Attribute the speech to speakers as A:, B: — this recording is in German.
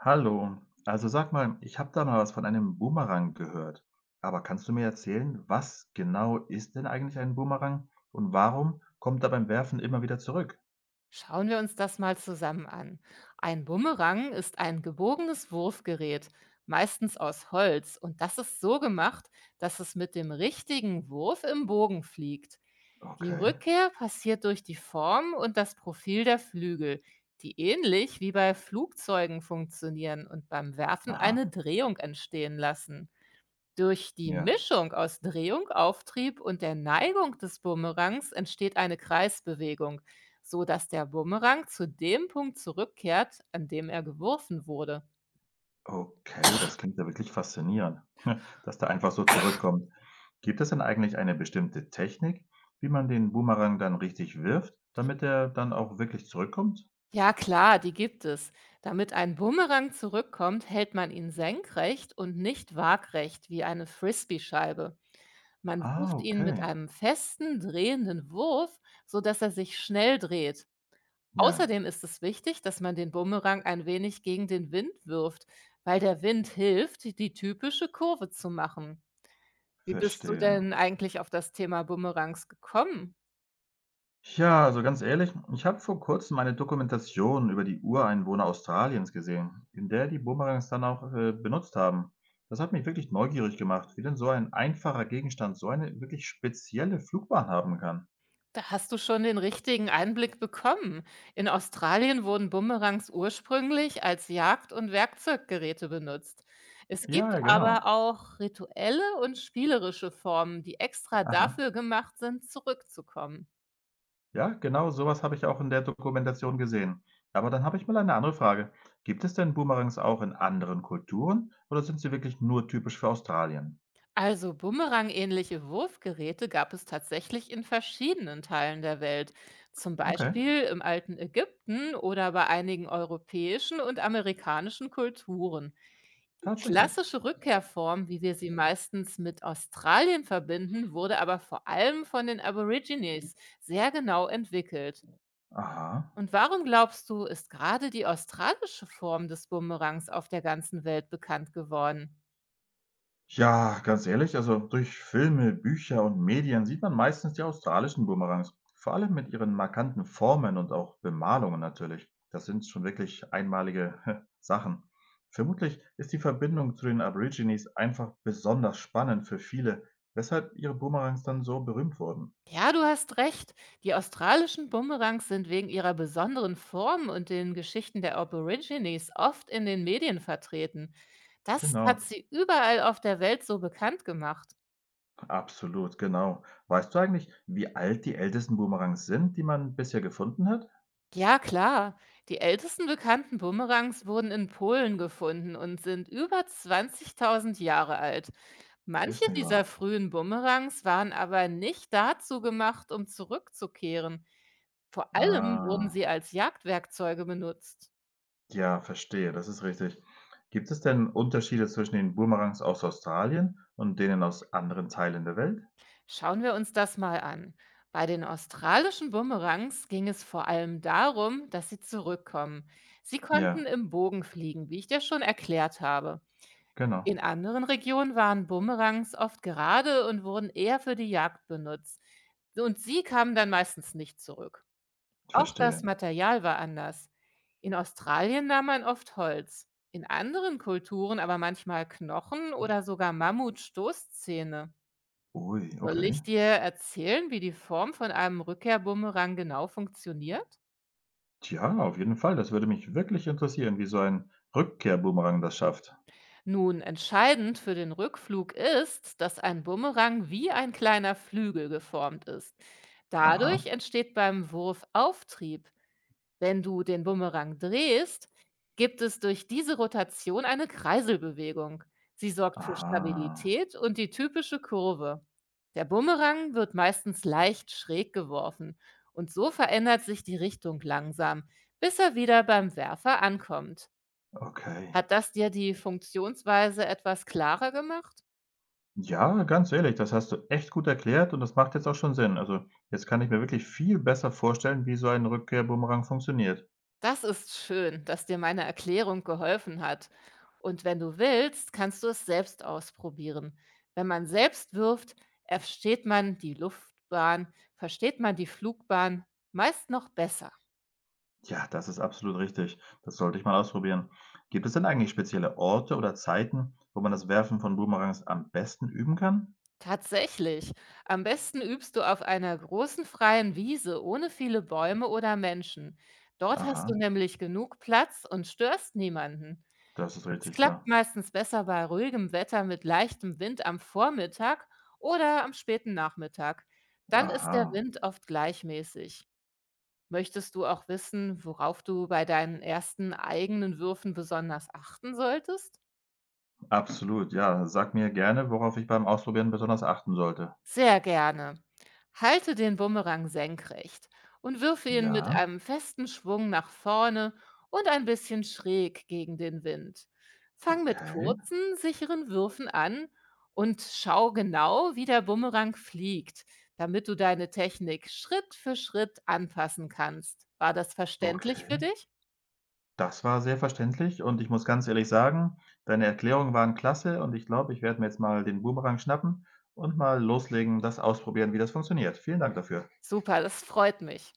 A: Hallo, also sag mal, ich habe da mal was von einem Boomerang gehört. Aber kannst du mir erzählen, was genau ist denn eigentlich ein Boomerang und warum kommt er beim Werfen immer wieder zurück?
B: Schauen wir uns das mal zusammen an. Ein Bumerang ist ein gebogenes Wurfgerät, meistens aus Holz, und das ist so gemacht, dass es mit dem richtigen Wurf im Bogen fliegt. Die
A: Okay,
B: Rückkehr passiert durch die Form und das Profil der Flügel, die ähnlich wie bei Flugzeugen funktionieren und beim Werfen
A: aha,
B: eine Drehung entstehen lassen. Durch die
A: ja.
B: Mischung aus Drehung, Auftrieb und der Neigung des Bumerangs entsteht eine Kreisbewegung, so dass der Bumerang zu dem Punkt zurückkehrt, an dem er geworfen wurde.
A: Okay, das klingt ja wirklich faszinierend, dass der einfach so zurückkommt. Gibt es denn eigentlich eine bestimmte Technik, wie man den Boomerang dann richtig wirft, damit er dann auch wirklich zurückkommt?
B: Ja klar, die gibt es. Damit ein Bumerang zurückkommt, hält man ihn senkrecht und nicht waagrecht wie eine Frisbee-Scheibe. Man
A: Ah,
B: wirft ihn mit
A: okay,
B: einem festen, drehenden Wurf, so dass er sich schnell dreht.
A: ja,
B: Außerdem ist es wichtig, dass man den Bumerang ein wenig gegen den Wind wirft, weil der Wind hilft, die typische Kurve zu machen. Wie bist du
A: verstehe.
B: denn eigentlich auf das Thema Bumerangs gekommen?
A: Ja, also ganz ehrlich, ich habe vor kurzem eine Dokumentation über die Ureinwohner Australiens gesehen, in der die Boomerangs dann auch benutzt haben. Das hat mich wirklich neugierig gemacht, wie denn so ein einfacher Gegenstand so eine wirklich spezielle Flugbahn haben kann.
B: Da hast du schon den richtigen Einblick bekommen. In Australien wurden Bumerangs ursprünglich als Jagd- und Werkzeuggeräte benutzt. Es
A: Ja,
B: gibt
A: ja, genau.
B: aber auch rituelle und spielerische Formen, die extra
A: Aha.
B: dafür gemacht sind, zurückzukommen.
A: Ja, genau sowas habe ich auch in der Dokumentation gesehen. Aber dann habe ich mal eine andere Frage. Gibt es denn Boomerangs auch in anderen Kulturen oder sind sie wirklich nur typisch für Australien?
B: Also Bumerang-ähnliche Wurfgeräte gab es tatsächlich in verschiedenen Teilen der Welt, zum
A: Okay,
B: Beispiel im alten Ägypten oder bei einigen europäischen und amerikanischen Kulturen. Die
A: tatsächlich.
B: klassische Rückkehrform, wie wir sie meistens mit Australien verbinden, wurde aber vor allem von den Aborigines sehr genau entwickelt.
A: Aha.
B: Und warum glaubst du, ist gerade die australische Form des Bumerangs auf der ganzen Welt bekannt geworden?
A: Ja, ganz ehrlich, also durch Filme, Bücher und Medien sieht man meistens die australischen Boomerangs. Vor allem mit ihren markanten Formen und auch Bemalungen natürlich. Das sind schon wirklich einmalige Sachen. Vermutlich ist die Verbindung zu den Aborigines einfach besonders spannend für viele, weshalb ihre Boomerangs dann so berühmt wurden.
B: Ja, du hast recht. Die australischen Bumerangs sind wegen ihrer besonderen Form und den Geschichten der Aborigines oft in den Medien vertreten. Das hat
A: Genau,
B: sie überall auf der Welt so bekannt gemacht.
A: absolut, genau. Weißt du eigentlich, wie alt die ältesten Boomerangs sind, die man bisher gefunden hat?
B: Ja, klar. Die ältesten bekannten Bumerangs wurden in Polen gefunden und sind über 20.000 Jahre alt. Manche
A: Ist nicht
B: dieser
A: wahr.
B: frühen Bumerangs waren aber nicht dazu gemacht, um zurückzukehren. Vor allem wurden sie
A: Ah.
B: als Jagdwerkzeuge benutzt.
A: Ja, verstehe, das ist richtig. Gibt es denn Unterschiede zwischen den Boomerangs aus Australien und denen aus anderen Teilen der Welt?
B: Schauen wir uns das mal an. Bei den australischen Bumerangs ging es vor allem darum, dass sie zurückkommen. Sie konnten
A: Ja,
B: im Bogen fliegen, wie ich dir schon erklärt habe.
A: genau,
B: In anderen Regionen waren Bumerangs oft gerade und wurden eher für die Jagd benutzt. Und sie kamen dann meistens nicht zurück.
A: ich
B: Auch das
A: verstehe.
B: Material war anders. In Australien nahm man oft Holz, in anderen Kulturen aber manchmal Knochen oder sogar Mammutstoßzähne.
A: Ui,
B: Soll
A: okay.
B: ich dir erzählen, wie die Form von einem Rückkehrbumerang genau funktioniert?
A: Tja, auf jeden Fall, das würde mich wirklich interessieren, wie so ein Rückkehrboomerang das schafft.
B: Nun, entscheidend für den Rückflug ist, dass ein Bumerang wie ein kleiner Flügel geformt ist.
A: Aha,
B: Dadurch entsteht beim Wurf Auftrieb. Wenn du den Bumerang drehst, gibt es durch diese Rotation eine Kreiselbewegung. Sie sorgt für
A: aha,
B: Stabilität und die typische Kurve. Der Bumerang wird meistens leicht schräg geworfen und so verändert sich die Richtung langsam, bis er wieder beim Werfer ankommt.
A: okay.
B: Hat das dir die Funktionsweise etwas klarer gemacht?
A: Ja, ganz ehrlich, das hast du echt gut erklärt und das macht jetzt auch schon Sinn. Also, jetzt kann ich mir wirklich viel besser vorstellen, wie so ein Rückkehrboomerang funktioniert.
B: Das ist schön, dass dir meine Erklärung geholfen hat. Und wenn du willst, kannst du es selbst ausprobieren. Wenn man selbst wirft, versteht man die Luftbahn, versteht man die Flugbahn meist noch besser.
A: Ja, das ist absolut richtig. Das sollte ich mal ausprobieren. Gibt es denn eigentlich spezielle Orte oder Zeiten, wo man das Werfen von Boomerangs am besten üben kann?
B: Tatsächlich. Am besten übst du auf einer großen freien Wiese ohne viele Bäume oder Menschen. Dort hast du
A: Aha,
B: nämlich genug Platz und störst niemanden.
A: das ist
B: Es
A: richtig
B: klappt
A: klar.
B: meistens besser bei ruhigem Wetter mit leichtem Wind am Vormittag oder am späten Nachmittag. Dann ist
A: Aha,
B: der Wind oft gleichmäßig. Möchtest du auch wissen, worauf du bei deinen ersten eigenen Würfen besonders achten solltest?
A: absolut. Ja, sag mir gerne, worauf ich beim Ausprobieren besonders achten sollte.
B: Sehr gerne. Halte den Bumerang senkrecht und wirf ihn mit
A: Ja,
B: einem festen Schwung nach vorne und ein bisschen schräg gegen den Wind. Fang mit
A: okay,
B: kurzen, sicheren Würfen an und schau genau, wie der Bumerang fliegt, damit du deine Technik Schritt für Schritt anpassen kannst. War das verständlich für
A: okay.
B: dich?
A: Das war sehr verständlich und ich muss ganz ehrlich sagen, deine Erklärungen waren klasse und ich glaube, ich werde mir jetzt mal den Boomerang schnappen und mal loslegen, das ausprobieren, wie das funktioniert. Vielen Dank dafür.
B: Super, das freut mich.